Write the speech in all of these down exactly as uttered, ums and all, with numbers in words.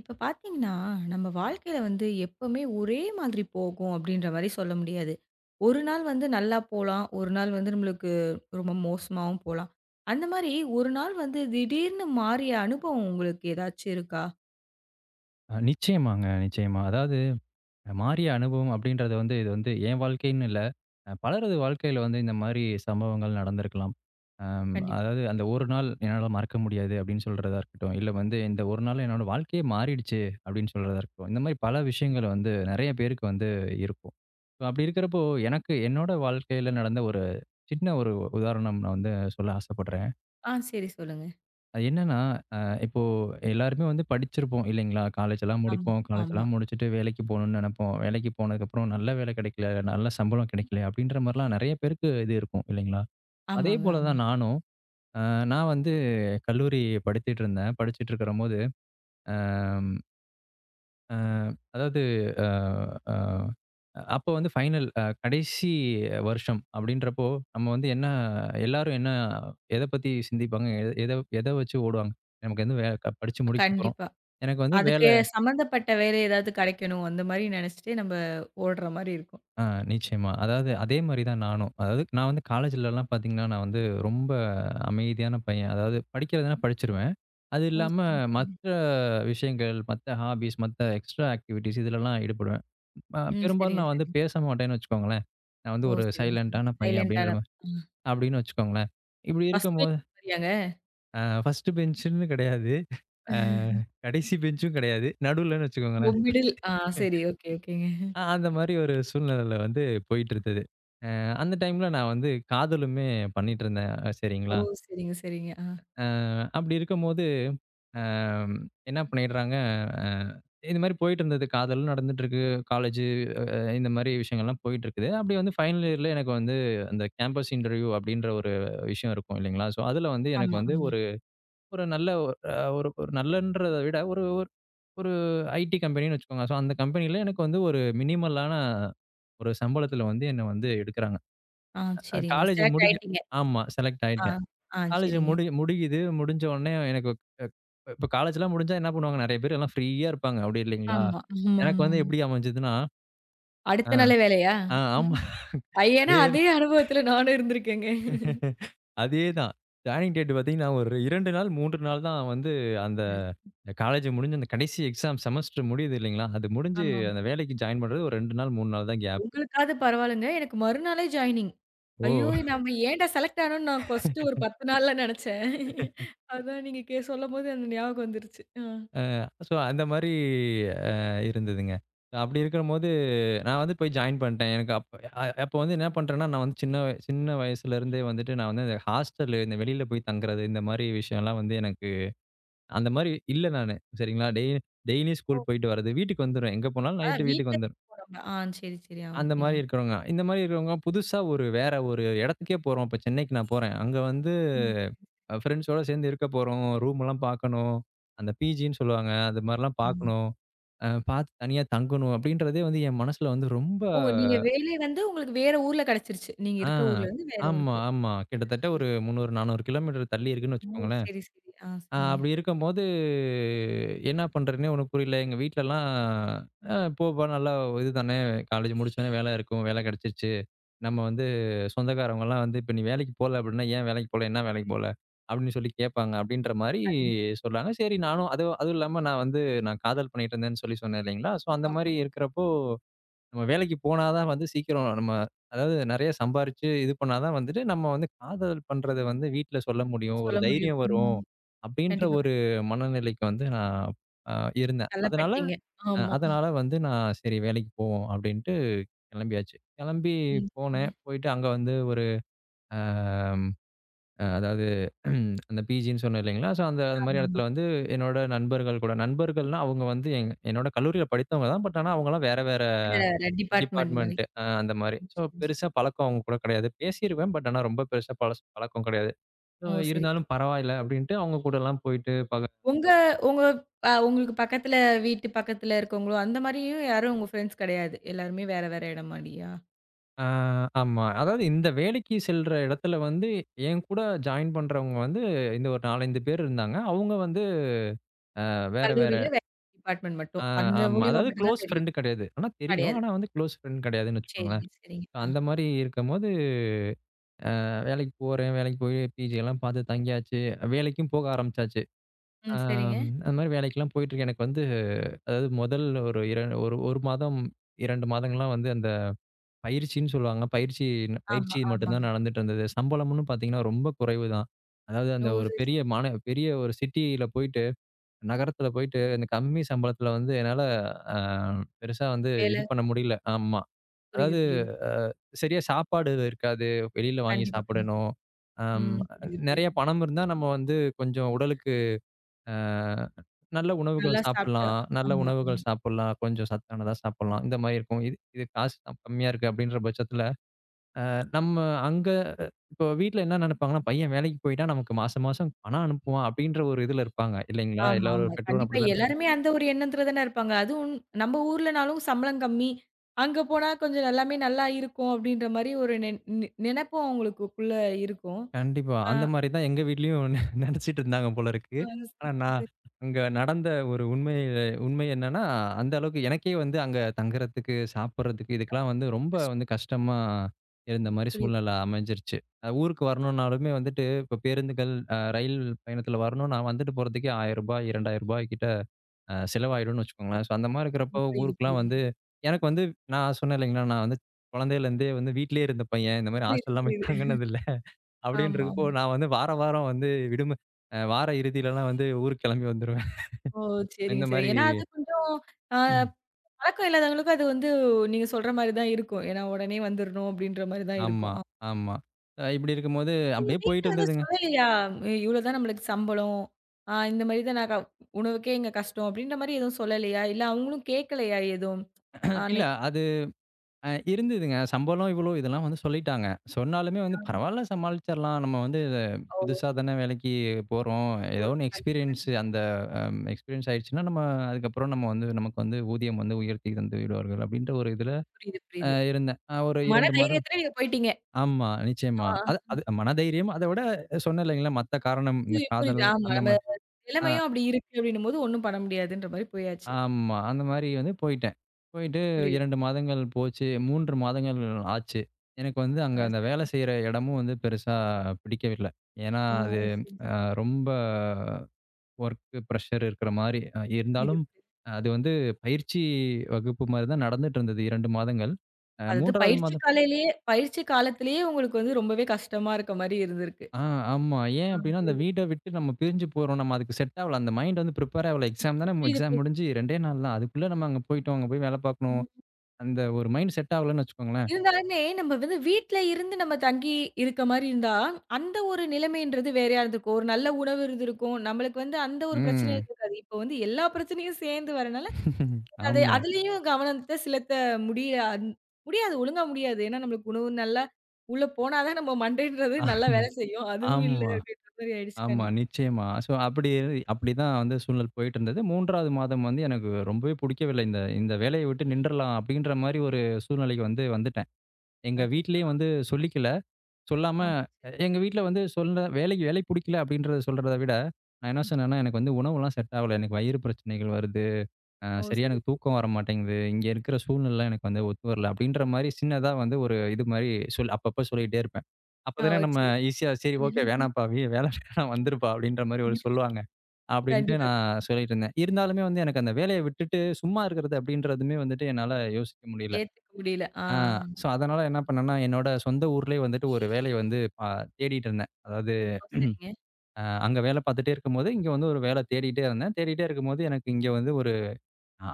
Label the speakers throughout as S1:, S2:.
S1: இப்ப பார்த்தீங்கன்னா, நம்ம வாழ்க்கையில வந்து எப்பவுமே ஒரே மாதிரி போகும் அப்படின்ற மாரி சொல்ல முடியாது. ஒரு நாள் வந்து நல்லா போலாம். ஒரு நாள் வந்து நம்மளுக்கு ரொம்ப மோசமாவும் போலாம். அந்த மாரி ஒரு நாள் வந்து திடீர்னு மாறிய அனுபவம் உங்களுக்கு ஏதாச்சும் இருக்கா?
S2: அ நிச்சயமாங்க, நிச்சயமா. அதாவது மாறிய அனுபவம் அப்படின்றது வந்து இது வந்து என் வாழ்க்கைன்னு இல்ல. அ பலரது வாழ்க்கையில வந்து இந்த மாரி சம்பவங்கள் நடந்திருக்கலாம். அம்
S1: கண்டிப்பா.
S2: அதாவது அந்த ஒரு நாள் என்னால மறக்க முடியாது அப்படின்னு சொல்றதா இருக்கட்டும். இல்ல வந்து இந்த ஒரு நாள் என்னோட வாழ்க்கையே மாறிடுச்சு அப்படின்னு சொல்றதா இருக்கட்டும். இந்த மாரி பல விஷயங்கள் வந்து நெறைய பேருக்கு வந்து இருக்கும். So, அப்படி இருக்கிறப்போ எனக்கு என்னோட வாழ்க்கையில நடந்த ஒரு சின்ன ஒரு உதாரணம் நான் வந்து சொல்ல ஆசைப்படுறேன்.
S1: ஆ சரி சொல்லுங்க.
S2: அது என்னன்னா, அ இப்போ எல்லாருமே வந்து படிச்சிருப்போம் இல்லைங்களா? காலேஜ்லாம்
S1: ஆமா,
S2: முடிப்போம்.
S1: ஆமா.
S2: காலேஜ்லாம் முடிச்சுட்டு வேலைக்கு போணும்னு நெனைப்போம். வேலைக்கு போனதுக்கப்புறம் நல்ல வேலை கிடைக்கல, நல்ல சம்பளம் கிடைக்கல அப்படின்ற மாரிலாம் நெறைய பேருக்கு இது இருக்கும் இல்லைங்களா? அதே
S1: ஆமாங்க,
S2: போல
S1: ஆமா.
S2: தான் நானும். அ நான் வந்து கல்லூரி படித்துட்டு இருந்தேன். படிச்சுட்டு இருக்குறபோது, அ அ அதாவது அ அ அப்போ வந்து ஃபைனல் அ கடைசி வருஷம் அப்படின்றப்போ, நம்ம வந்து என்ன எல்லாரும் என்ன எத பத்தி சிந்திப்பாங்க? எ எத எத வச்சு ஓடுவாங்க? நமக்கு வந்து வே க படிச்சு முடிக்க போறோம்.
S1: கண்டிப்பா.
S2: எனக்கு வந்து
S1: அதுக்கு
S2: வேலை
S1: சம்மந்தப்பட்ட வேலை ஏதாவது கிடைக்கணும். அந்த மாரி நெனச்சுட்டு நம்ம ஓடுற மாரி இருக்கும்.
S2: ஆ நிச்சயமா. அதாவது அதே மாரி தான் நானும். அதாவது நான் வந்து காலேஜ்லலாம் பார்த்தீங்கன்னா, நான் வந்து ரொம்ப அமைதியான பையன். அதாவது படிக்கிறதுனா படிச்சுருவேன். அது
S1: ஓ!
S2: இல்லாம
S1: சரிங்க, சரிங்க.
S2: மற்ற விஷயங்கள், மத்த ஹாபீஸ், மத்த எக்ஸ்ட்ரா ஆக்டிவிட்டீஸ் இதுலலாம் ஈடுபடுவேன். அ
S1: ம்.
S2: பெரும்பாலும்
S1: சரிங்க,
S2: நான் வந்து
S1: சரிங்க.
S2: பேச மாட்டேன்னு வச்சுக்கோங்களேன். நான் வந்து
S1: ஓ!
S2: ஒரு
S1: சரிங்க, சரிங்க.
S2: சைலன்ட்டான பையன் அப்படின்ற
S1: சைலண்டான
S2: மா
S1: ம்.
S2: அப்படின்னு வச்சுக்கோங்களேன். இப்படி
S1: ஃபர்ஸ்ட் பெஞ்ச்
S2: இருக்கும்போது
S1: மாரியாங்க?
S2: அ ஃபர்ஸ்ட்டு பெஞ்சுன்னு கிடையாது. அ கடைசி பெஞ்சும் கிடையாது. நடுவுலன்னு
S1: ஓ!
S2: வச்சுக்கோங்களேன்.
S1: மிடில் ஆ சரி. ஓகே, ஓகேங்க.
S2: அ அந்த மாரி ஒரு சூழ்நிலையில வந்து போயிட்டு இருந்தது. அ அந்த டைம்ல நான் வந்து காதலுமே பண்ணிட்டு இருந்தேன்.
S1: ஓ!
S2: சரிங்களா?
S1: சரிங்க, சரிங்க. ஆ.
S2: அ அப்படி இருக்கும்போது அம் என்ன பண்ணிடுறாங்க, அ இது மாரி போயிட்டுருந்தது. காதலும் நடந்துட்டுருக்கு. காலேஜு அ இந்த மாரி விஷயங்கள்லாம் போயிட்டுருக்குது. அப்படி வந்து ஃபைனல் இயர்ல எனக்கு வந்து அந்த கேம்பஸ் இன்டர்வியூ அப்படின்ற ஒரு விஷயம் இருக்கும் இல்லைங்களா? ஸோ, அதில வந்து எனக்கு
S1: ஆமா,
S2: வந்து
S1: ஆமா.
S2: ஒரு ஒரு நல்ல ஒரு அ ஒரு ஒரு நல்லன்றத விட ஒரு ஒரு ஒரு ஐடி கம்பெனின்னு வச்சுக்கோங்க. ஸோ, அந்த கம்பெனியில எனக்கு வந்து ஒரு மினிமலான ஒரு சம்பளத்தில வந்து என்ன வந்து எடுக்குறாங்க.
S1: ஆ
S2: அ
S1: சரிங்க.
S2: காலேஜ்
S1: செலக்ட்
S2: முடிக்க
S1: ஆயிட்டீங்க.
S2: ஆமா. செலக்ட்
S1: ஆ,
S2: ஆயிட்டேன்.
S1: ஆ
S2: காலேஜ்
S1: சரிங்க.
S2: முடி முடியுது. முடிஞ்ச உடனே எனக்கு அ இப்ப காலேஜ்லாம் முடிஞ்சா என்ன பண்ணுவாங்க? நெறைய பேர் எல்லாம் ஃப்ரீயா இருப்பாங்க. அப்படி இல்லைங்களா?
S1: ஆமா, ஆமா,
S2: எனக்கு வந்து
S1: ஆமாங்க.
S2: எப்படி அமைஞ்சதுன்னா, அ,
S1: அடுத்த நல்ல வேலையா?
S2: ஆ ஆமா.
S1: ஐ ஏன்னா
S2: அதே
S1: அதே அனுபவத்துல நானும் இருந்திருக்கேங்க.
S2: அதேதான். ஜாயினிங் டேட் பார்த்தீங்கன்னா, ஒரு இரண்டு நாள், மூணு நாள் தான் வந்து அந்த
S1: ம்.
S2: காலேஜ் முடிஞ்சு அந்த கடைசி எக்ஸாம் செமஸ்டர் முடியுது இல்லைங்களா? அது முடிஞ்சு
S1: ஆமாமா.
S2: அந்த வேலைக்கு ஜாயின் பண்றது ஒரு இரண்டு நாள், மூணு நாள் தான் கேப்.
S1: உங்களுக்காவது பரவால்லங்க. எனக்கு மறுநாளே ஜாயினிங். ஐயோ!
S2: ஓ!
S1: நம்ம ஏன்டா செலக்ட் ஆனோம்னு நான் ஃபர்ஸ்ட்டு ஒரு பத்து நாள்ல நெனச்சேன். அதான் நீங்க கே சொல்லும்போது அந்த ஞாபகம் வந்துருச்சு. ஆ.
S2: சோ அந்த மாரி அ இருந்ததுங்க. அப்படி இருக்கும்போது நான் வந்து போய் ஜாயின் பண்ணிட்டேன். எனக்கு அப்ப அ அப்ப வந்து என்ன பண்ட்டேன்னா, நான் வந்து சின்ன வய சின்ன வயசுலருந்தே வந்துட்டு நான் வந்து இந்த ஹாஸ்டலு, இந்த வெளியில போய் தங்குறது, இந்த மாரி விஷயம்லாம் வந்து எனக்கு அந்த மாரி இல்ல நானு. சரிங்களா? டெய் டெய்லியும் ஸ்கூல் போயிட்டு வர்றது. வீட்டுக்கு வந்துருவேன். எங்க போனாலும்
S1: அதான்
S2: நைட்டு
S1: வீட்ல
S2: வீட்டுக்கு வந்துருவேன்.
S1: நம்ம ஆ சரி, சரி. ஆ
S2: அந்த
S1: ஓகேங்க.
S2: மாரி இருக்கிறவங்க. இந்த மாரி இருக்கிறவங்க புதுசா ஒரு வேற ஒரு இடத்துக்கே போறோம். இப்ப சென்னைக்கு நான் போறேன். அங்க வந்து
S1: ம். சரி.
S2: ஃப்ரெண்ட்ஸோட சேர்ந்து இருக்க போறோம். ரூம்லாம் பார்க்கணும். அந்த பிஜின்னு சொல்லுவாங்க. அது மாரிலாம்
S1: ஆமா.
S2: பார்க்கணும். அ பார்த்து தனியா தங்கணும். அப்படின்றதே வந்து என் மனசுல வந்து ரொம்ப
S1: ஓ! நீங்க வேலை வந்து உங்களுக்கு வேற ஊர்ல கிடைச்சிருச்சு. நீங்க
S2: ஆ.
S1: இருக்க ஊர்ல இருந்து வேற
S2: ஆமா,
S1: ஊருக்கு.
S2: ஆமா.
S1: ஆ
S2: கிட்டத்தட்ட
S1: சரி.
S2: ஒரு முந்நூறு, நானூறு கிலோமீட்டர் தள்ளி இருக்குன்னு
S1: ஓ!
S2: வச்சுக்கோங்களேன்.
S1: சரி, சரி. ஆ
S2: அ
S1: சரிங்க.
S2: அப்படி இருக்கும்போது என்ன பண்றதுன்னே ஒண்ணும் புரியல. எங்க வீட்லலாம் "அ போப்பா நல்லா இது தானே, காலேஜ் முடிச்சோனே வேல இருக்கும். வேல கிடைச்சிருச்சு. நம்ம வந்து சொந்தக்காரவங்கலாம் வந்து இப்ப நீ வேலைக்கு போல அப்படின்னா, ஏன் வேலைக்கு போல? என்ன வேலைக்கு போல?" அப்படின்னு சொல்லி கேட்பாங்க. அப்படின்ற மாரி
S1: கண்டிப்பா.
S2: சொல்றாங்க. சரி நானும் அது அதுவும் இல்லாம நான் வந்து நான் காதல் பண்ணிட்டு இருந்தேன்னு சொல்லி சொன்னேன் இல்லைங்களா? ஸோ அந்த
S1: ஆமா.
S2: மாரி இருக்கிறப்ப நம்ம வேலைக்கு போனா தான் வந்து சீக்கிரம் நம்ம அதாவது நெறைய சம்பாரிச்சு இது பண்ணா தான் வந்துட்டு, நம்ம வந்து காதல் பண்றத வந்து வீட்ல சொல்ல முடியும். ஒரு
S1: சொல்ல முடியும்.
S2: தைரியம் வரும்.
S1: ம்.
S2: அப்டின்ற
S1: கண்டிப்பா,
S2: ஒரு
S1: கண்டிப்பா.
S2: மனநிலைக்கு வந்து நான் அ இருந்தேன். அதனால
S1: தள்ளப்பட்டீங்க.
S2: அ
S1: ஆமா.
S2: அதனால வந்து நான் சரி வேலைக்கு போவோம் அப்டின்ட்டு கிளம்பியாச்சு. கிளம்பி
S1: ம். சரிங்க.
S2: போனேன். போயிட்டு அங்க வந்து ஒரு அம் அ அதாவது அந்த பிஜின்னு சொன்னேன் இல்லைங்களா? ஸோ அந்த அந்த மாரி
S1: ஆமாமா.
S2: இடத்துல வந்து என்னோட நண்பர்கள் கூட நண்பர்கள்னா அவங்க வந்து எங் என்னோட கல்லூரியில படித்தவங்க தான். பட் ஆனா அவங்கலாம் வேற வேற
S1: வேற டிபார்ட்மெண்ட் மாரி.
S2: டிபார்ட்மெண்ட் அ அந்த மாரி.
S1: ம்.
S2: ஸோ
S1: சரி, சரி.
S2: பெருசா பழக்கம் அவங்க கூட கிடையாது. பேசிருவேன். பட் ஆனா ரொம்ப பெருசா பழச பழக்கம் கிடையாது. ஸோ
S1: ஓ! சரிங்க.
S2: இருந்தாலும் பரவாயில்ல அப்டின்ட்டு அவங்க கூடலாம் போயிட்டு பக
S1: உங்க உங்க அ உங்களுக்கு பக்கத்துல வீட்டு பக்கத்துல இருக்கவங்களோ, அந்த மாரியும் யாரும் உங்க ஃப்ரெண்ட்ஸ் கிடையாது. எல்லாருமே வேற வேற இடம் மாரியா?
S2: ஆ ஆமா. அதாவது இந்த வேலைக்கு செல்ற இடத்துல வந்து என் கூட ஜாயின் பண்றவங்க வந்து இந்த ஒரு நாலு, அஞ்சு பேர் இருந்தாங்க. அவங்க வந்து வேற வேற
S1: கல்லூரியில வேற டிபார்ட்மெண்ட்
S2: ஆ
S1: மட்டும். அந்த
S2: ஆமா.
S1: மூலியமா
S2: அதாவது
S1: மட்டும் தான்
S2: குளோஸ்
S1: தெரியும்.
S2: ஃப்ரெண்ட் கிடையாது. ஆனா தெரியும்.
S1: கிடையாது.
S2: ஆனா வந்து குளோஸ் ஃப்ரெண்ட் கிடையாதுன்னு வச்சுக்கோங்களேன்.
S1: சரிங்க, சரிங்க.
S2: So,
S1: ஆ.
S2: அந்த மாரி இருக்கும்போது அஹ், வேலைக்கு போறேன். வேலைக்கு போய் பிஜிலாம் பார்த்து தங்கியாச்சு. வேலைக்கும் போக ஆரம்பிச்சாச்சு. ஆ
S1: ம். சரிங்க.
S2: அந்த மாரி வேலைக்கெல்லாம் போயிட்டுருக்கேன். எனக்கு வந்து அதாவது முதல் ஒரு இர ஒரு 1 மாதம் இரண்டு மாதங்கள்லாம் வந்து அந்த பயிற்சின்னு சொல்லுவாங்க. பயிற்சி
S1: ஆமா,
S2: பயிற்சி மட்டும்
S1: ஆமாங்க.
S2: தான் நடந்துட்டு இருந்தது. சம்பளம்னு பார்த்தீங்கன்னா, ரொம்ப குறைவு தான். அதாவது
S1: ஓ!
S2: அந்த ஒரு
S1: சரி, சரி.
S2: பெரிய மாந பெரிய ஒரு சிட்டியில போயிட்டு, நகரத்தில போயிட்டு அந்த கம்மி சம்பளத்தில வந்து என்னால அ பெருசா வந்து இது
S1: வேலை.
S2: பண்ண முடியல. ஆமா.
S1: புரியுது,
S2: அதாவது
S1: புரியுது.
S2: சரியா சாப்பாடு இருக்காது. வெளியில வாங்கி
S1: கண்டிப்பா, கண்டிப்பா.
S2: சாப்பிடணும். அம்
S1: ம். புரியுது, புரியுது.
S2: நெறைய பணம் இருந்தா நம்ம வந்து கொஞ்சம் உடலுக்கு அ நல்ல உணவுகள்
S1: நல்லா சாப்பிட்டு
S2: சாப்பிடலாம். நல்ல
S1: ஆமா, ஆமா.
S2: உணவுகள் சாப்பிடலாம். கொஞ்சம் சத்தானதா சாப்பிடலாம். இந்த மாரி இருக்கும். இது இது காசு கம்- கம்மியா இருக்கு அப்படின்ற பட்சத்தில, நம்ம அங்க இப்போ வீட்ல என்ன நினைப்பாங்கன்னா, பையன் வேலைக்கு போயிட்டா நமக்கு மாசம் மாசம் பணம் அனுப்புவான் அப்படின்ற ஒரு இதுல இருப்பாங்க. இல்லைங்களா?
S1: ஆமா,
S2: எல்லா
S1: ஆமா.
S2: பெற்றோரும்
S1: கண்டிப்பா
S2: அப்படிதான் இருப்பாங்க.
S1: எல்லாருமே அந்த ஒரு எண்ணத்துல தானே இருப்பாங்க. அதுவும் நம்ம ஊர்லனாலும் சம்பளம் கம்மி. அங்க போனா கொஞ்சம் எல்லாமே நல்லா இருக்கும் அப்படின்ற மாரி ஒரு நெ நெ நெனப்பும் அவங்களுக்குள்ள இருக்கும்.
S2: கண்டிப்பா.
S1: ஆ
S2: அந்த மாரி தான் எங்க வீட்லயும் நெ நெனச்சிட்டு இருந்தாங்க போல
S1: ஆ
S2: இருக்கு. ஆனா நான் அங்க நடந்த ஒரு உண்மை உண்மை என்னன்னா, அந்த அளவுக்கு எனக்கே வந்து அங்க தங்குறதுக்கு, சாப்பிடுறதுக்கு இதுக்கெல்லாம் வந்து ரொம்ப வந்து
S1: கஷ்டம்.
S2: கஷ்டமா இருந்த மாரி
S1: புரியுது,
S2: சூழ்நிலை
S1: புரியுது.
S2: அமைஞ்சிருச்சு. அ ஊருக்கு வரணும்னாலுமே வந்துட்டு இப்ப பேருந்துகள், அ ரயில் பயணத்துல வரணும்னா வந்துட்டு போறதுக்கே ரூ. ஆயிரம், ரூ. இரண்டாயிரம் கிட்ட அ செலவாயிடும்னு வச்சுக்கோங்களேன். ஸோ அந்த மாரி இருக்கிறப்போ
S1: புரியுது,
S2: ஊருக்குலாம்
S1: புரியுதுங்க.
S2: வந்து எனக்கு வந்து நான் சொன்னேன் இல்லைங்களா, நான் வந்து குழந்தையிலேருந்தே வந்து வீட்லயே இருந்த பையன். இந்த மாரி
S1: புரியுது,
S2: ஹாஸ்டல்லாம் போய்
S1: புரியுது.
S2: தங்குனதில்ல.
S1: ஆமா, ஆமா.
S2: அப்படின்றப்போ, நான் வந்து வார வாரம் வந்து விடுமு அ வார இறுதியிலலாம் வந்து ஊருக்கு கிளம்பி வந்துருவேன்.
S1: ஓ! சரிங்க,
S2: இந்த
S1: சரிங்க.
S2: மாரி
S1: ஏன்னா அது கொஞ்சம் ஆ
S2: ம்.
S1: பழக்கம் இல்லாதவங்களுக்கும் அது வந்து நீங்க சொல்ற மாரி தான் இருக்கும். ஏன்னா உடனே வந்துரணும் அப்டின்ற மாரி தான்
S2: ஆமா,
S1: இருக்கும். ஆ.
S2: ஆமா. அ இப்படி இருக்கும்போது
S1: நீங்க
S2: அப்படியே
S1: வீட்ல
S2: போயிட்டு
S1: வந்து
S2: இருந்ததுங்க.
S1: சொல்லலையா? இவ்ளோ தான் நம்மளுக்கு சம்பளம். ஆ இந்த மாரி தான் நான் க உணவுக்கே இங்க கஷ்டம் அப்டின்ற மாரி எதுவும் சொல்லலையா? இல்ல அவங்களும் கேட்கலையா எதுவும்? ஆ
S2: அஹ் இல்ல
S1: நீங்க
S2: அது அ இருந்ததுங்க. சம்பளம் இவ்வளோ இதெல்லாம் வந்து சொல்லிட்டாங்க. சொன்னாலுமே வந்து பரவால்ல சமாளிச்சர்லாம். நம்ம வந்து
S1: ஓ!
S2: புதுசா தானே வேலைக்கு போறோம். ஏதோ
S1: போறோம்
S2: ஒண்ணு
S1: கண்டிப்பா.
S2: எக்ஸ்பீரியன்ஸ்
S1: கண்டிப்பா.
S2: அந்த அம் எக்ஸ்பீரியன்ஸ் ஆயிடுச்சுன்னா, நம்ம அதுக்கப்புறம் நம்ம வந்து நமக்கு வந்து ஊதியம் வந்து உயர்த்தி தந்து விடுவார்கள் அப்படின்ற ஒரு இதுல
S1: ம். புரியுது,
S2: அ
S1: புரியுது.
S2: இருந்தேன். அ ஒரு
S1: மன
S2: இரண்டு மாதம்
S1: தைரியத்துல நீங்க போயிட்டீங்க.
S2: ஆமா, நிச்சயமா.
S1: ஆ.
S2: அது அது மனதைரியம் அத விட சொன்னேன் இல்லைங்களா, மத்த காரணம் இந்த
S1: புரியுது,
S2: காதல்
S1: புரியுது. ஆமா.
S2: அந்த
S1: நம்ம
S2: மாரி. ஆ
S1: நிலைமையும் அப்டி இருக்கு அப்டின்னும்போது ஒண்ணும் பண்ண முடியாதுன்ற மாரி போயாச்சு.
S2: ஆமா. அந்த மாரி வந்து போயிட்டேன். போயிட்டு
S1: புரியுது.
S2: இரண்டு மாதங்கள் போச்சு. மூணு மாதங்கள் ஆச்சு. எனக்கு வந்து அங்க
S1: ஆ
S2: அந்த வேலை
S1: சரிங்க.
S2: செய்ற இடமும் வந்து பெருசா பிடிக்கவில்ல. ஏன்னா,
S1: ஓ!
S2: அது
S1: சரி.
S2: அஹ், ரொம்ப ஒர்க் பிரஷர் இருக்கிற மாரி
S1: புரியுது.
S2: இருந்தாலும், அது வந்து பயிற்சி வகுப்பு மாரி தான் நடந்துட்டு இருந்தது இரண்டு மாதங்கள். அ
S1: அதாவது
S2: 3வது
S1: பயிற்சி
S2: மாதம்
S1: காலையிலேயே பயிற்சி காலத்திலேயே உங்களுக்கு வந்து ரொம்பவே கஷ்டமா இருக்க மாரி இருந்திருக்கு.
S2: ஆ, ஆமா. ஏன்
S1: ஆ
S2: அப்டின்னா, அந்த வீட்ட
S1: புரியுது.
S2: விட்டு நம்ம பிரிஞ்சு போறோம். நம்ம அதுக்கு செட் ஆவல. அந்த மைண்ட் வந்து ப்ரிப்பேர் ஆவல. எக்ஸாம் தான
S1: புரியுது,
S2: எக்ஸாம்
S1: புரியுது.
S2: முடிஞ்சு 2டே நாள் தான். அதுக்குள்ள நம்ம அங்க போய்ட்டோம். அங்க போய் வேல பார்க்கணும்.
S1: ம்.
S2: அந்த ஒரு மைண்ட் செட் ஆவலன்னு வச்சுக்கோங்களேன்.
S1: இருந்தாலுமே நம்ம வந்து வீட்ல இருந்து நம்ம தங்கி இருக்க மாரி இருந்தா, அந்த ஒரு நிலைமைன்றது வேறையா இருந்திருக்கும். ஒரு நல்ல உணவு இருந்திருக்கும். நம்மளுக்கு வந்து அந்த ஒரு பிரச்சனை
S2: ம்.
S1: இருந்திருக்காது. இப்போ வந்து எல்லா பிரச்சனையும் சேர்ந்து வரனால, அது
S2: ஆமா.
S1: அதுலயும் கவனத்த செலுத்த முடிய அந் முடியாது. ஒழுங்கா முடியாது. ஏன்னா நம்மளுக்கு உணவு நல்லா உள்ள போனா தான் நம்ம மண்டைன்றது நல்லா வேலை செய்யும். அதுவும் இல்ல
S2: ஆமா,
S1: அப்படின்ற மாரி ஆயிடுச்சு
S2: ஆமா.
S1: கண்டிப்பா.
S2: நிச்சயமா. ஸோ அப்படி அப்படிதான் வந்து சூழ்நிலை போயிட்டு இருந்தது. 3வது மாதம் வந்து எனக்கு ரொம்பவே புடிக்கவில்லை. இந்த இந்த வேலைய விட்டு நின்றலாம் அப்படின்ற மாரி ஒரு சூழ்நிலைக்கு வந்து வந்துட்டேன். எங்க
S1: அச்சச்சோ!
S2: வீட்லயும் வந்து சொல்லிக்கல. சொல்லாம
S1: ஆமா.
S2: எ எங்க வீட்ல வந்து சொல்ல வேலைக்கு வேலை புடிக்கல அப்படின்றத சொல்றத விட, நான் என்ன சொன்னேன்னா, "எனக்கு வந்து உணவுலாம் செட் ஆகல. எனக்கு வயிறு பிரச்சனைகள் வருது. அ
S1: ஓ!
S2: சரியா
S1: சரி,
S2: எனக்கு
S1: சரி.
S2: தூக்கம் வர மாட்டேங்குது. இங்க இருக்கிற சூழ்நிலைலாம் எனக்கு வந்து ஒத்து வரல." அப்படின்ற மாரி சின்னதா வந்து ஒரு இது மாரி சொல் அப்பப்ப சொல்லிட்டே இருப்பேன்.
S1: ஆ
S2: அப்பதானே
S1: ஓ!
S2: நம்ம
S1: சரி.
S2: ஈஸியா, "சரி ஓகே வேணாம்ப்பா, வே வேலை வேணாம் வந்துருப்பா." அப்படின்ற மாரி ஒரு சொல்லுவாங்க. அப்படின்ட்டு
S1: கண்டிப்பா.
S2: நான் சொல்லிட்டு இருந்தேன். இருந்தாலுமே வந்து எனக்கு அந்த வேலைய விட்டுட்டு சும்மா இருக்கிறது அப்படின்றதுமே வந்துட்டு என்னால யோசிக்க முடியல.
S1: ஏத்துக்க முடியல. ஆ.
S2: ஆ. ஸோ, அதனால என்ன பண்ணேன்னா, என்னோட சொந்த ஊர்லயே வந்துட்டு ஒரு வேலைய வந்து பா தேடிட்டு இருந்தேன். அதாவது
S1: ஓ! சரிங்க.
S2: அ அங்க வேலை பார்த்துட்டே இருக்கும்போது, இங்க வந்து ஒரு வேலை தேடிட்டே இருந்தேன். தேடிட்டே இருக்கும்போது, எனக்கு இங்க வந்து ஒரு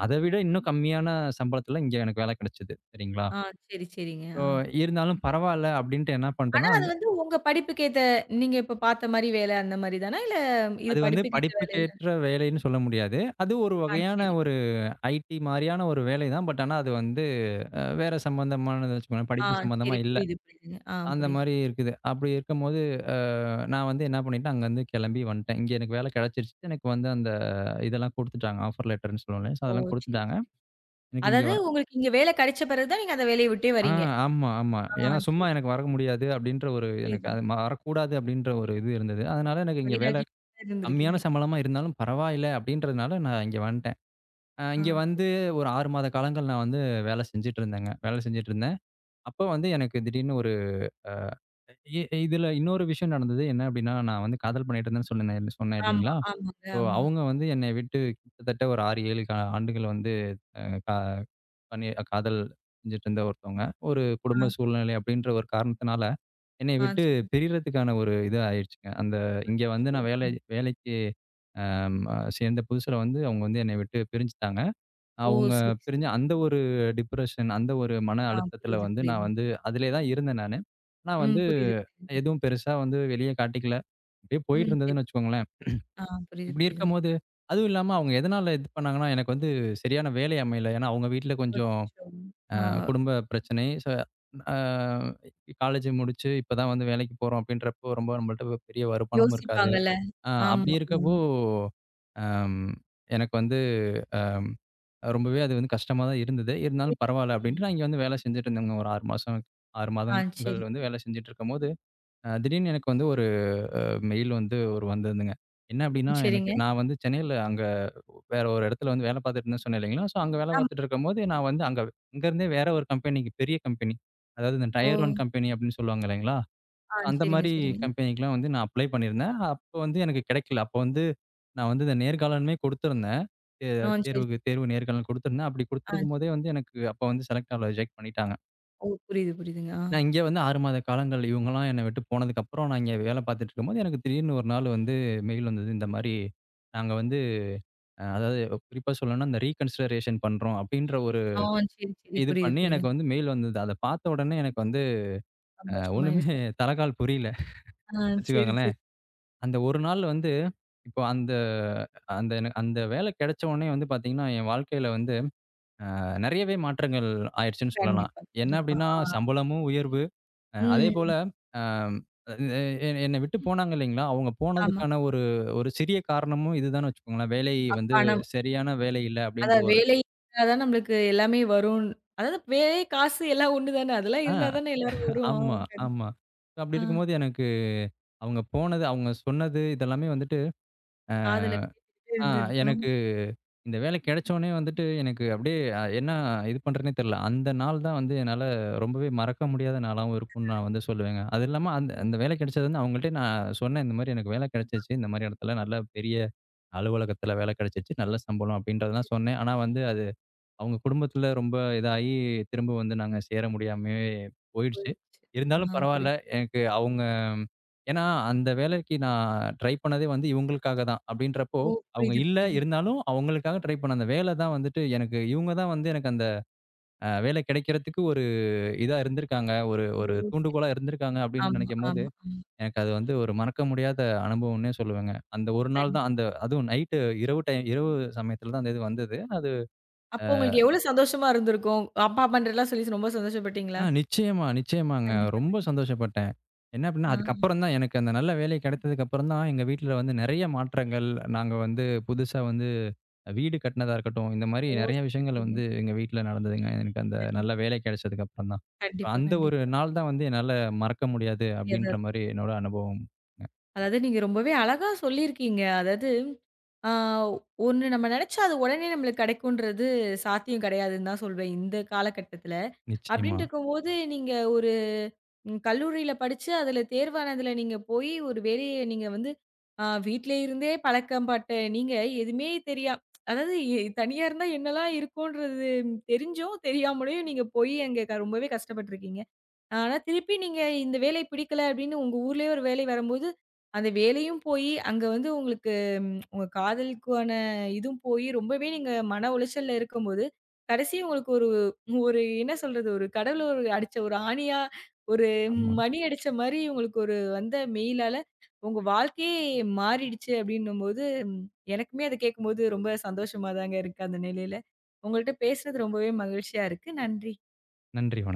S2: அத விட இன்னும் கம்மியான சம்பளத்தில இங்க எனக்கு வேலை கிடைச்சது. சரிங்களா?
S1: ஆ சரி, சரிங்க.
S2: ஸோ,
S1: ஆ.
S2: இருந்தாலும் பரவால்ல அப்டின்ட்டு என்ன பண்ட்டேன்னா,
S1: அது
S2: அந்த
S1: வந்து உங்க படிப்புக்கேத்த நீங்க இப்ப பார்த்த மாரி வேலை அந்த மாரி தானா? இல்ல இது
S2: அது வந்து
S1: படிப்புக்கேத்த வேலையில
S2: படிப்புக்கேற்ற வேலைன்னு சொல்ல முடியாது. அது ஒரு
S1: ஆ
S2: வகையான
S1: சரி.
S2: ஒரு ஐடி மாரியான ஒரு வேலை தான். பட் ஆனா அது வந்து அ வேற சம்பந்தமானது வச்சுக்கோங்களேன்.
S1: ஆ
S2: படிப்பு சம்பந்தமா
S1: சரி.
S2: இல்ல.
S1: புரியுது, புரியுதுங்க. ஆ
S2: அந்த
S1: புரியுது.
S2: மாரி
S1: புரியுது.
S2: இருக்குது. அப்படி இருக்கும்போது, அ நான் வந்து என்ன பண்ணிட்டேன், அங்கருந்து கெளம்பி வந்துட்டேன். இங்க எனக்கு வேலை கெடைச்சிருச்சு. எனக்கு வந்து அந்த இதெல்லாம் குடுத்துட்டாங்க. ஆஃபர் லெட்டர்ன்னு சொல்லுவோம் இல்லையா? ஸோ
S1: ஓ!
S2: அதெல்லாம்
S1: சரி,
S2: குடுத்துட்டாங்க.
S1: சரி.
S2: எனக்கு இங்க
S1: அதாவது
S2: வ
S1: உங்களுக்கு இங்க வேலை கிடைச்ச பிறகு தான் நீங்க அந்த வேலைய விட்டே
S2: ஆ
S1: வரீங்க.
S2: ஆமா, ஆமா.
S1: ஆ
S2: ஏன்னா சும்மா
S1: சரி, சரி.
S2: எனக்கு வர முடியாது அப்படின்ற ஒரு எனக்கு
S1: புரியுது.
S2: அது ம- வரக்கூடாது அப்படின்ற ஒரு இது இருந்தது. அதனால எனக்கு இங்க வேலை
S1: வைராகியம்
S2: கம்மியான
S1: இருந்திருக்கீங்க.
S2: சம்பளமா இருந்தாலும் பரவாயில்ல அப்படின்றதுனால நான் இங்க வந்துட்டேன். அ
S1: ஆ
S2: இங்க
S1: சரி.
S2: வந்து ஒரு ஆறு மாத காலங்கள் நான் வந்து வேலை செஞ்சுட்டு இருந்தேங்க. வேலை செஞ்சுட்டு இருந்தேன். அப்ப வந்து எனக்கு திடீர்னு ஒரு இ இதுல இன்னொரு விஷயம் நடந்தது. என்ன அப்படின்னா, நான் வந்து காதல் பண்ணிட்டு இருந்தேன்னு சொன்னேன் சொன்னேன்
S1: ஆமா,
S2: இல்லைங்களா?
S1: ஆமாங்க.
S2: ஸோ
S1: ஆமா.
S2: அவங்க வந்து என்னை விட்டு கிட்டத்தட்ட ஒரு ஆறு, ஏழு கா ஆண்டுகள் வந்து அ கா பண்ணி காதல் செஞ்சுட்டு இருந்த ஒருத்தவங்க. ஒரு
S1: ஆ,
S2: குடும்ப சூழ்நிலை அப்படின்ற ஒரு காரணத்தினால, என்னைய
S1: ஆ
S2: விட்டு
S1: சரிங்க.
S2: பிரியறதுக்கான ஒரு இது ஆயிடுச்சுங்க. அந்த இங்க வந்து
S1: அச்சச்சோ!
S2: நான் வேலை
S1: ம்.
S2: வேலைக்கு அம் அ சேர்ந்த புதுசுல வந்து அவங்க வந்து என்னை விட்டு பிரிஞ்சுட்டாங்க.
S1: ஓ!
S2: அவங்க
S1: சரி, சரி.
S2: பிரிஞ்சு அந்த ஒரு டிப்ரஷன், அந்த ஒரு மன
S1: ஆ
S2: அழுத்தத்துல
S1: புரியுது,
S2: வந்து நான்
S1: புரியுது.
S2: வந்து அதிலேயே தான் இருந்தேன் நானு. ஆனா
S1: ம்.
S2: வந்து
S1: புரியுது, புரியுது.
S2: எதுவும் பெருசா வந்து வெளிய காட்டிக்கல. அப்படியே
S1: ம்.
S2: போயிட்டு
S1: சரி, சரி.
S2: இருந்ததுன்னு வச்சுக்கோங்களேன்.
S1: ஆ புரியுது,
S2: இப்படி
S1: புரியுதுங்க.
S2: இருக்கும்போது, அதுவும் இல்லாம அவங்க எதனால இது பண்ணாங்கன்னா, எனக்கு வந்து சரியான வேலை அமையல. ஏன்னா அவங்க வீட்ல கொஞ்சம்
S1: அச்சச்சோ!
S2: அ
S1: ஆ
S2: குடும்ப பிரச்சனை. சோ அ காலேஜ் முடிச்சு இப்ப தான் வந்து வேலைக்கு போறோம் அப்படின்றப்போ, ரொம்ப நம்மள்ட்ட பெரிய வருமானமும் இருக்காது.
S1: யோசிப்பாங்கல்ல.
S2: அ அப்படி
S1: ஆமா, ஆமா.
S2: இருக்கப்போ, அம் எனக்கு வந்து ரொம்பவே அது வந்து கஷ்டமா தான் இருந்தது. இருந்தாலும்
S1: புரியுது,
S2: பரவால்ல
S1: புரியுதுங்க.
S2: அப்படின்ட்டு நான் இங்க வந்து வேலை செஞ்சுட்டு இருந்தேங்க. ஒரு ஆறு மாசம் ஆறு
S1: ஆ
S2: மாதங்கள்
S1: சரி.
S2: வந்து வேலை செஞ்சுட்டு இருக்கும்போது, அ திடீர்னு எனக்கு வந்து மெயில் வந்து ஒரு வந்திருந்துங்க. என்ன அப்டின்னா,
S1: ம்
S2: எனக்கு
S1: சரிங்க.
S2: நான் வந்து சென்னையில அங்க வேற ஒரு இடத்துல வந்து வேலை பார்த்துட்டு இருந்தேன்னு சொன்னேன் இல்லைங்களா? ஸோ அங்க வேலை
S1: ஆமா.
S2: பார்த்துட்டு இருக்கும்போது, நான் வந்து அங்க அங்கருந்தே வேற ஒரு கம்பெனிக்கு பெரிய கம்பெனி. அதாவது இந்த
S1: ஓ!
S2: டயர் ஒன்று கம்பெனி அப்டின்னு சொல்லுவாங்க இல்லைங்களா?
S1: ஆ
S2: அந்த
S1: சரிங்க,
S2: மாரி
S1: சரிங்க.
S2: கம்பெனிக்குலாம் வந்து நான் அப்ளை பண்ணியிருந்தேன். அப்போ வந்து எனக்கு கிடைக்கல. அப்போ வந்து நான் வந்து இந்த நேர்காணலுமே குடுத்திருந்தேன். தே
S1: ஆ சரி.
S2: தேர்வுக்கு தேர்வு நேர்காணல் குடுத்திருந்தேன். அப்டி
S1: ஆ சரி.
S2: குடுத்திருக்கும்போதே வந்து எனக்கு அப்போ வந்து செலக்ட் ஆகல ரிஜெக்ட் பண்ணிட்டாங்க.
S1: ஓ! புரியுது, புரியுதுங்க. ஆ.
S2: நான் இங்கே வந்து ஆறு மாத காலங்கள் இவங்கலாம் என்ன விட்டு போனதுக்கப்புறம், நான் இங்கே வேலை பார்த்துட்டு இருக்கும்போது, எனக்கு திடீர்னு ஒரு நாள் வந்து மெயில் வந்தது. இந்த மாரி நாங்க வந்து அ அதாவது குறிப்பா சொல்லணும்னா, இந்த ரீகன்சிடரேஷன் பண்றோம் அப்டின்ற ஒரு
S1: ஆ சரி, சரி.
S2: இது
S1: புரியுது,
S2: பண்ணி எனக்கு
S1: புரியுது.
S2: வந்து மெயில் வந்தது. அத பார்த்த உடனே எனக்கு வந்து அ ஒண்ணுமே
S1: சந்தோஷமாயிடுச்சு.
S2: தல, கால் புரியல
S1: ஆ சரி, சரி.
S2: வச்சுக்கோங்களேன். அந்த ஒரு நாள் வந்து இப்போ அந்த அந்த எனக்கு அந்த வேலை கிடைச்ச உடனே வந்து பார்த்தீங்கன்னா, என் வாழ்க்கையில வந்து அ நெறையவே மாற்றங்கள் ஆயிடுச்சுன்னு சொல்லலாம்.
S1: கண்டிப்பா,
S2: என்ன
S1: கண்டிப்பா.
S2: அப்டின்னா,
S1: ஆ.
S2: சம்பளமும் உயர்வு. அ அதேபோல,
S1: ம்.
S2: அம் அ எ என்ன விட்டு ம். போனாங்க இல்லைங்களா? அவங்க
S1: ஆமா.
S2: போனதுக்கான ஒரு ஒரு சிறிய காரணமும் இதுதான்னு வச்சுக்கோங்களேன். வேலை
S1: அப்ப
S2: வந்து
S1: பணம்.
S2: சரியான வேலை இல்ல அப்படின்ற
S1: அதான்
S2: ஒரு
S1: வேலை இருந்தா தான் நம்மளுக்கு எல்லாமே வரும். அதாவது வேலை, காசு எல்லாம் ஒண்ணு தானே. அதெல்லாம்
S2: ஆ
S1: இருந்தா தானே எல்லாரும் வரும். ஆ.
S2: ஆமா,
S1: கண்டிப்பா.
S2: ஆமா. அப்படி
S1: ஆ.
S2: இருக்கும்போது எனக்கு அவங்க போனது, அவங்க சொன்னது இதெல்லாமே வந்துட்டு, அ
S1: காதுல கேட்டுக்கிட்டே
S2: ஆ
S1: இருந்திருக்கும்.
S2: எனக்கு இந்த வேலை கிடைச்சோனே வந்துட்டு எனக்கு அப்படியே அ என்ன இது பண்றதுன்னே தெரியல. அந்த நாள் தான் வந்து என்னால ரொம்பவே மறக்க முடியாத நாளாவும் இருக்கும்னு நான் வந்து சொல்லுவேங்க. அது இல்லாம அந்த அந்த வேலை கிடைச்சது வந்து அவங்கள்ட்ட நான் சொன்னேன், இந்த மாரி எனக்கு வேலை கிடைச்சிச்சு. இந்த மாரி இடத்துல நல்ல பெரிய அலுவலகத்துல வேலை கிடைச்சிச்சு. நல்ல சம்பளம்
S1: ஓ! சரி
S2: அப்படின்றதெல்லாம் சொன்னேன். ஆனா வந்து அது அவங்க குடும்பத்துல ரொம்ப இதாயி, திரும்ப வந்து நாங்க சேர முடியாமயே போயிடுச்சு.
S1: போயிருச்சு.
S2: இருந்தாலும்
S1: ஆ
S2: பரவால்ல.
S1: புரியுது.
S2: எனக்கு அவங்க ஏன்னா அந்த வேலைக்கு நான் ட்ரை பண்ணதே வந்து இவங்களுக்காக தான். அப்படின்றப்போ,
S1: ஓ!
S2: அவங்க
S1: புரியுது,
S2: இல்ல,
S1: புரியுது.
S2: இருந்தாலும் அவங்களுக்காக ட்ரை பண்ண அந்த வேலை தான் வந்துட்டு எனக்கு இவங்க தான் வந்து எனக்கு அந்த அ வேலை கிடைக்கிறதுக்கு ஒரு இதா இருந்திருக்காங்க. ஒரு
S1: ஓ!
S2: ஒரு
S1: சரி, சரி.
S2: தூண்டுகோலா இருந்திருக்காங்க அப்படின்னு
S1: ஆமா,
S2: நெனைக்கும்போது,
S1: ஆமா, ஆமா.
S2: எனக்கு அது வந்து ஒரு மறக்க முடியாத அனுபவம்ன்னே சொல்லுவேங்க. அந்த ஒரு நாள்
S1: கண்டிப்பா.
S2: தான் அந்த அதுவும் நைட்டு இரவு டைம் இரவு சமயத்துல தான் அந்த இது வந்தது. அது
S1: அப்போ உங்களுக்கு எவ்வளோ சந்தோஷமா இருந்திருக்கும்? அப்பா பண்றதெல்லாம் சொல்லி ரொம்ப
S2: ஆ
S1: சந்தோஷப்பட்டீங்களா?
S2: நிச்சயமா, நிச்சயமாங்க.
S1: கண்டிப்பா,
S2: ரொம்ப
S1: கண்டிப்பா.
S2: சந்தோஷப்பட்டேன். என்ன அப்டின்னா,
S1: ஆ.
S2: அதுக்கப்புறம் தான் எனக்கு அந்த நல்ல வேலை கிடைத்ததுக்கு அப்புறம் தான் எங்க வீட்ல வந்து நெறைய மாற்றங்கள், நாங்க வந்து புதுசா வந்து வீடு கட்டினதா இருக்கட்டும், இந்த மாரி
S1: ஓ!
S2: நெறைய
S1: சரி,
S2: விஷயங்கள்
S1: சரிங்க.
S2: வந்து எங்க வீட்ல நடந்ததுங்க. எனக்கு அந்த நல்ல
S1: கண்டிப்பா.
S2: வேலை கிடைச்சதுக்கு அப்புறம் தான்.
S1: கண்டிப்பா,
S2: அந்த ஒரு
S1: கண்டிப்பா.
S2: நாள் தான் வந்து என்னால மறக்க முடியாது
S1: எதா
S2: அப்டின்ற மாரி என்னோட அனுபவம்.
S1: அதாவது நீங்க ரொம்பவே அழகா சொல்லியிருக்கீங்க. அதாவது, ஆ ஒண்ணு நம்ம நெனச்சா அது உடனே நம்மளுக்கு கிடைக்குன்றது சாத்தியம் கிடையாதுன்னு தான் சொல்வேன், இந்த காலகட்டத்தில.
S2: நிச்சயமா.
S1: அப்டின்ட்டு இருக்கும்போது, நீங்க ஒரு ம் கல்லூரியில படிச்சு, அதுல தேர்வானதுல நீங்க போயி, ஒரு வேலைய நீங்க வந்து அ வீட்ல இருந்தே பழக்கம் பட்ட நீங்க, எதுவுமே தெரியா அதாவது எ தனியா இருந்தா என்னலாம் இருக்குன்றது தெரிஞ்சும், தெரியாமலேயும் நீங்க போயி அங்க க ரொம்பவே கஷ்டப்பட்டுருக்கீங்க. ஆனா, திருப்பி நீங்க இந்த வேலை பிடிக்கல அப்படின்னு உங்க ஊர்லயே ஒரு வேலை வரும்போது, அந்த வேலையும் போயி, அங்க வந்து உங்களுக்கு ம், உங்க காதலுக்கான இதுவும் போயி, ரொம்பவே நீங்க மன உளைச்சல்ல இருக்கும்போது, கடைசி உங்களுக்கு ஒரு ஒரு என்ன சொல்றது? ஒரு கடவுள் ஒரு அடிச்ச ஒரு ஆணியா, ஒரு
S2: ஆமா.
S1: மணி அடிச்ச மாரி உங்களுக்கு ஒரு வந்த மெயிலால, உங்க வாழ்க்கையே மாறிடுச்சு அப்படின்னும்போது, எனக்குமே அத கேட்கும்போது ரொம்ப சந்தோஷமா தாங்க இருக்கு அந்த நிலையில. உங்கள்ட்ட பேசுனது ரொம்பவே மகிழ்ச்சியா இருக்கு. நன்றி.
S2: நன்றி. வணக்கம்.